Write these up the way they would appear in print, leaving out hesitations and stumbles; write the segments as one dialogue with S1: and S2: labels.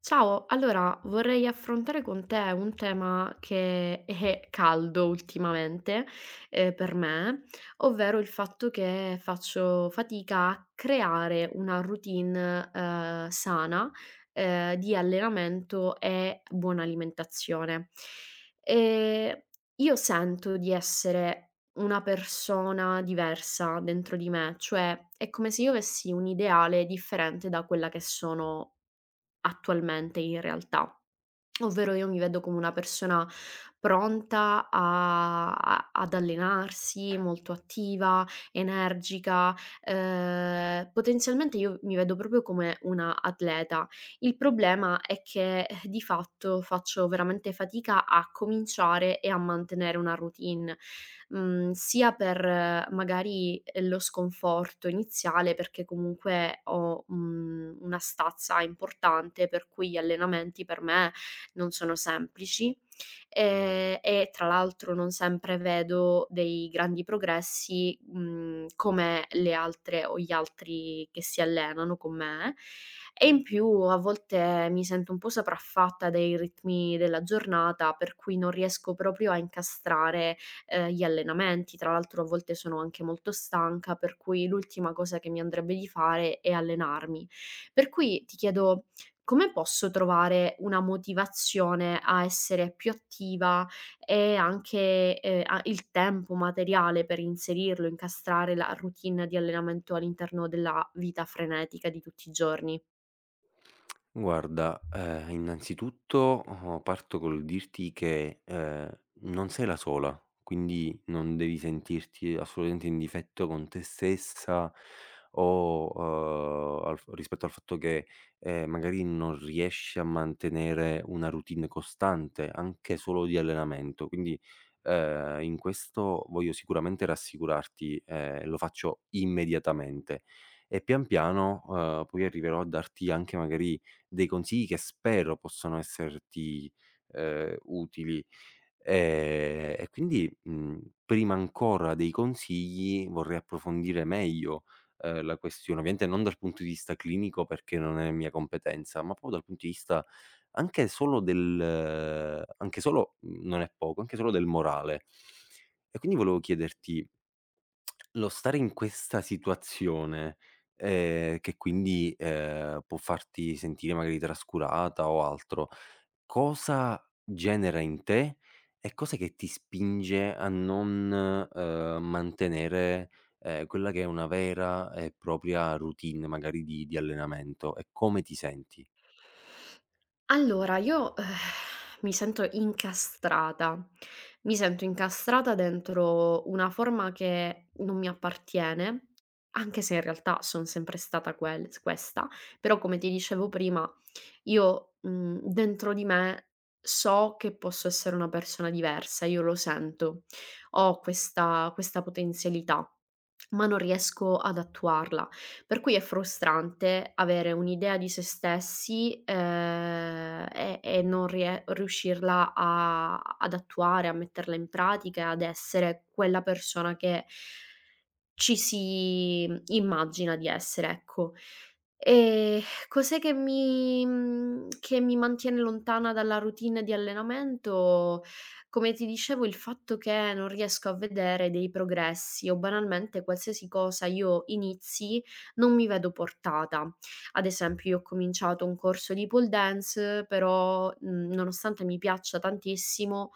S1: Ciao, allora vorrei affrontare con te un tema che è caldo ultimamente, per me, ovvero il fatto che faccio fatica a creare una routine, sana, di allenamento e buona alimentazione. Ehm, io sento di essere una persona diversa dentro di me, cioè è come se io avessi un ideale differente da quella che sono attualmente in realtà. Ovvero io mi vedo come una persona pronta a a ad allenarsi, molto attiva, energica, potenzialmente io mi vedo proprio come una atleta. Il problema è che, di fatto faccio veramente fatica a cominciare e a mantenere una routine, sia per magari, lo sconforto iniziale perché comunque ho, una stazza importante per cui gli allenamenti per me non sono semplici, e tra l'altro non sempre vedo dei grandi progressi, come le altre o gli altri che si allenano con me. E in più a volte mi sento un po' sopraffatta dai ritmi della giornata, per cui non riesco proprio a incastrare, gli allenamenti. Tra l'altro a volte sono anche molto stanca, per cui l'ultima cosa che mi andrebbe di fare è allenarmi. Per cui ti chiedo come posso trovare una motivazione a essere più attiva e anche, a il tempo materiale per inserirlo, incastrare la routine di allenamento all'interno della vita frenetica di tutti i giorni?
S2: Guarda, innanzitutto, parto col dirti che, non sei la sola, quindi non devi sentirti assolutamente in difetto con te stessa o, al f rispetto al fatto che, magari non riesci a mantenere una routine costante, anche solo di allenamento. Quindi, in questo voglio sicuramente rassicurarti, lo faccio immediatamente e pian piano, poi arriverò a darti anche magari dei consigli che spero possano esserti, utili. E quindi, prima ancora dei consigli vorrei approfondire meglio, la questione, ovviamente non dal punto di vista clinico perché non è mia competenza, ma proprio dal punto di vista anche solo del anche solo, non è poco, anche solo del morale. E quindi volevo chiederti, lo stare in questa situazione, che quindi, può farti sentire magari trascurata o altro, cosa genera in te e cos'è che ti spinge a non, mantenere, quella che è una vera e propria routine magari di allenamento e come ti senti?
S1: Allora io mi sento incastrata. Mi sento incastrata dentro una forma che non mi appartiene, anche se in realtà son sempre stata quel s questa, però come ti dicevo prima io, dentro di me so che posso essere una persona diversa, io lo sento. Ho questa potenzialità, ma non riesco ad attuarla. Per cui è frustrante avere un'idea di se stessi, e non rie riuscirla a ad attuare, a metterla in pratica, ad essere quella persona che ci si immagina di essere, ecco. Ehm, Cos'è che che mi mantiene lontana dalla routine di allenamento, come ti dicevo il fatto che non riesco a vedere dei progressi o banalmente qualsiasi cosa io inizi non mi vedo portata. Ad esempio io ho cominciato un corso di pole dance però, nonostante mi piaccia tantissimo,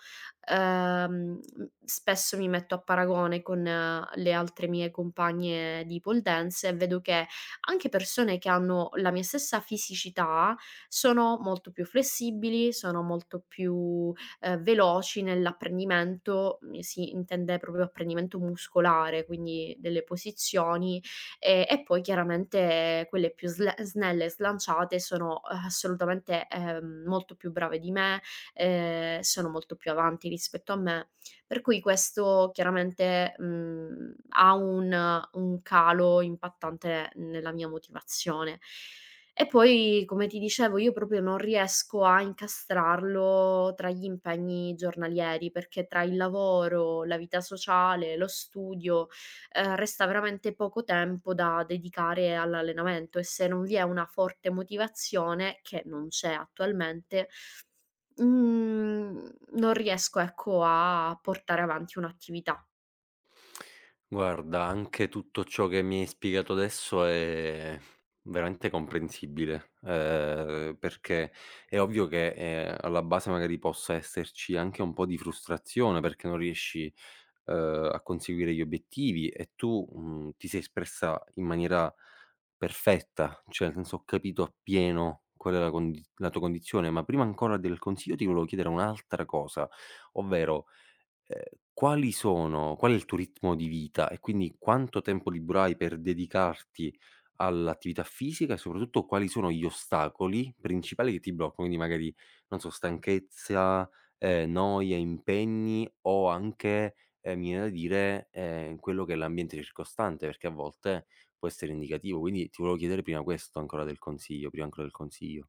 S1: Ehm, spesso mi metto a paragone con le altre mie compagne di pole dance e vedo che anche persone che hanno la mia stessa fisicità sono molto più flessibili, sono molto più, veloci nell'apprendimento, si intende proprio apprendimento muscolare, quindi delle posizioni, e poi chiaramente quelle più sle snelle e slanciate sono assolutamente, molto più brave di me, sono molto più avanti rispetto a me, per cui questo chiaramente, ha un calo impattante nella mia motivazione. E poi, come ti dicevo, io proprio non riesco a incastrarlo tra gli impegni giornalieri, perché tra il lavoro, la vita sociale, lo studio, resta veramente poco tempo da dedicare all'allenamento e se non vi è una forte motivazione, che non c'è attualmente. Mhmm, Non riesco ecco a portare avanti un'attività.
S2: Guarda, anche tutto ciò che mi hai spiegato adesso è veramente comprensibile, perché è ovvio che, alla base magari possa esserci anche un po' di frustrazione perché non riesci, a conseguire gli obiettivi e tu, ti sei espressa in maniera perfetta, cioè nel senso ho capito appieno qual è la tua condizione, ma prima ancora del consiglio ti volevo chiedere un'altra cosa, ovvero ehm, qual è il tuo ritmo di vita e quindi quanto tempo libero hai per dedicarti all'attività fisica e soprattutto quali sono gli ostacoli principali che ti bloccano? Quindi magari, non so, stanchezza, noia, impegni o anche, mi viene da dire, quello che è l'ambiente circostante, perché a volte può essere indicativo. Quindi ti volevo chiedere prima questo ancora del consiglio.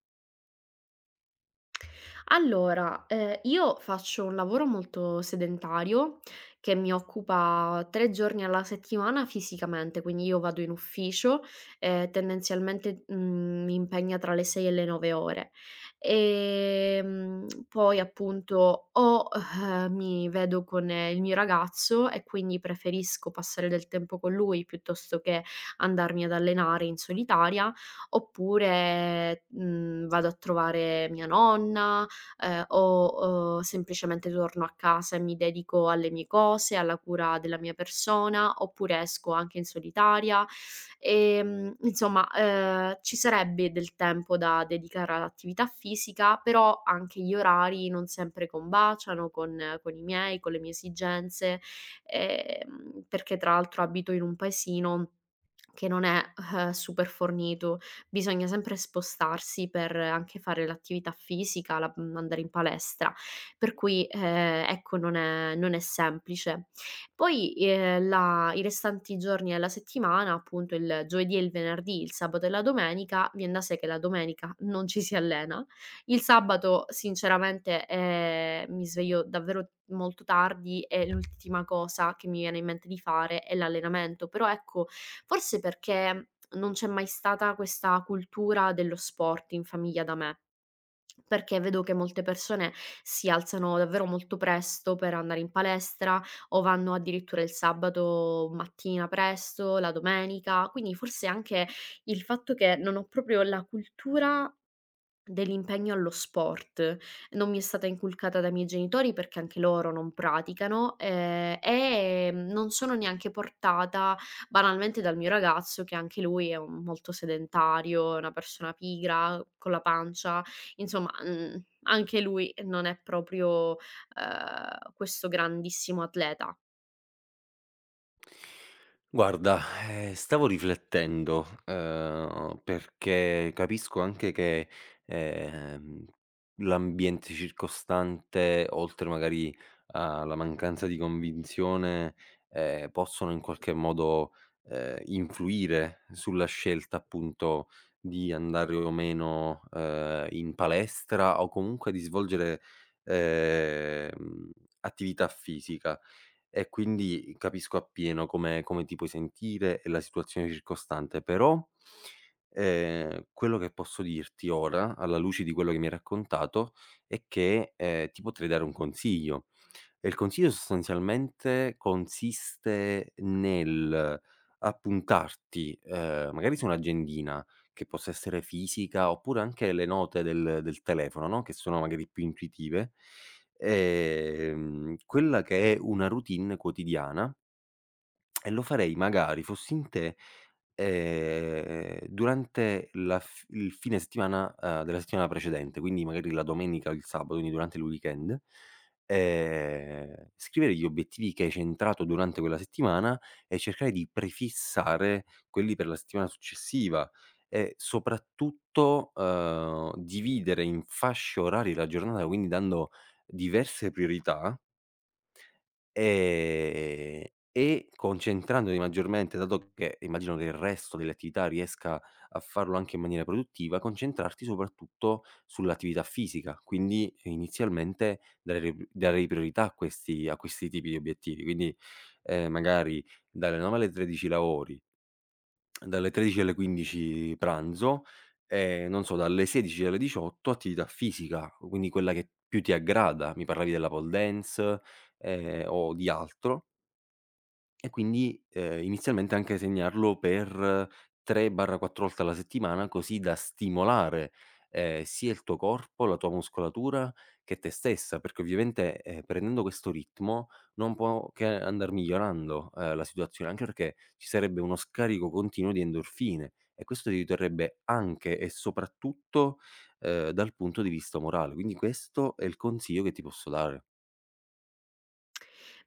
S1: Allora, io faccio un lavoro molto sedentario, che mi occupa 3 giorni alla settimana fisicamente, quindi io vado in ufficio e tendenzialmente, mi impegna tra le 6 e le 9 ore. Poi appunto o mi vedo con il mio ragazzo e quindi preferisco passare del tempo con lui piuttosto che andarmi ad allenare in solitaria, oppure, vado a trovare mia nonna, o, semplicemente torno a casa e mi dedico alle mie cose, alla cura della mia persona, oppure esco anche in solitaria. Insomma, ci sarebbe del tempo da dedicare all'attività fisica, però anche gli orari non sempre combaciano con i miei, con le mie esigenze, perché tra l'altro abito in un paesino che non è, super fornito, bisogna sempre spostarsi per anche fare l'attività fisica, andare in palestra, per cui, ecco non è semplice. Poi, la i restanti giorni della settimana, appunto il giovedì e il venerdì, il sabato e la domenica, vien da sé che la domenica non ci si allena. Il sabato sinceramente, mi sveglio davvero molto tardi e l'ultima cosa che mi viene in mente di fare è l'allenamento, però ecco, forse perché non c'è mai stata questa cultura dello sport in famiglia da me, perché vedo che molte persone si alzano davvero molto presto per andare in palestra o vanno addirittura il sabato mattina presto, la domenica, quindi forse anche il fatto che non ho proprio la cultura dell'impegno allo sport. Non mi è stata inculcata dai miei genitori perché anche loro non praticano, non sono neanche portata banalmente dal mio ragazzo che anche lui è un molto sedentario, è una persona pigra, con la pancia, insomma, anche lui non è proprio, questo grandissimo atleta.
S2: Guarda, stavo riflettendo, perché capisco anche che, ehm, l'ambiente circostante, oltre magari alla mancanza di convinzione, possono in qualche modo, influire sulla scelta appunto di andare o meno, in palestra o comunque di svolgere, ehm, attività fisica. E quindi capisco appieno come ti puoi sentire e la situazione circostante, però, quello che posso dirti ora, alla luce di quello che mi hai raccontato, è che, ti potrei dare un consiglio. E il consiglio sostanzialmente consiste nel appuntarti, magari su un'agendina, che possa essere fisica, oppure anche le note del telefono, no, che sono magari più intuitive, quella che è una routine quotidiana, e lo farei magari fossi in te, durante la f il fine settimana, della settimana precedente, quindi magari la domenica o il sabato, quindi durante il weekend, scrivere gli obiettivi che hai centrato durante quella settimana e cercare di prefissare quelli per la settimana successiva e soprattutto, dividere in fasce orarie la giornata, quindi dando diverse priorità. Ehm, e concentrandomi maggiormente, dato che immagino che il resto delle attività riesca a farlo anche in maniera produttiva, concentrarti soprattutto sull'attività fisica, quindi inizialmente darei priorità a questi tipi di obiettivi. Quindi, magari dalle 9 alle 13 lavori, dalle 13 alle 15 pranzo, e non so, dalle 16 alle 18 attività fisica, quindi quella che più ti aggrada. Mi parlavi della pole dance, o di altro. E quindi, inizialmente anche segnarlo per 3/4 volte alla settimana, così da stimolare, sia il tuo corpo, la tua muscolatura che te stessa, perché ovviamente, prendendo questo ritmo non può che andar migliorando, la situazione, anche perché ci sarebbe uno scarico continuo di endorfine e questo ti aiuterebbe anche e soprattutto, dal punto di vista morale. Quindi questo è il consiglio che ti posso dare.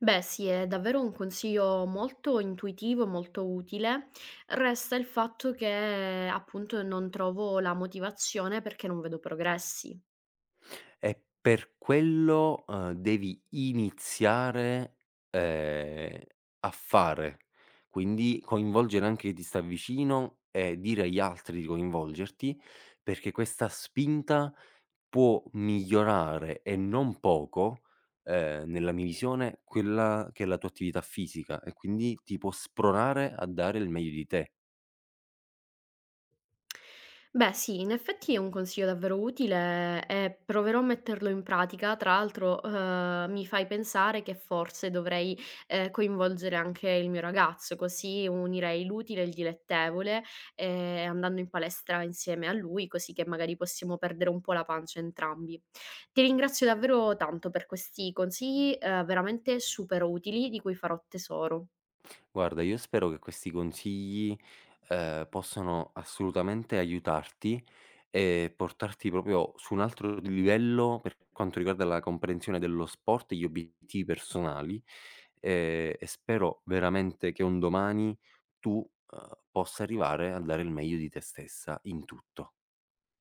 S1: Beh sì, è davvero un consiglio molto intuitivo e molto utile. Resta il fatto che appunto non trovo la motivazione perché non vedo progressi.
S2: E per quello, devi iniziare, ehm, a fare, quindi coinvolgere anche chi ti sta vicino e dire agli altri di coinvolgerti, perché questa spinta può migliorare, e non poco, nella mia visione, quella che è la tua attività fisica e quindi ti può spronare a dare il meglio di te.
S1: Beh sì, in effetti è un consiglio davvero utile e proverò a metterlo in pratica. Tra l'altro, mi fai pensare che forse dovrei, coinvolgere anche il mio ragazzo, così unirei l'utile e il dilettevole, andando in palestra insieme a lui, così che magari possiamo perdere un po' la pancia entrambi. Ti ringrazio davvero tanto per questi consigli, veramente super utili di cui farò tesoro.
S2: Guarda, io spero che questi consigli, possano assolutamente aiutarti e portarti proprio su un altro livello per quanto riguarda la comprensione dello sport e gli obiettivi personali, e spero veramente che un domani tu, possa arrivare a dare il meglio di te stessa in tutto.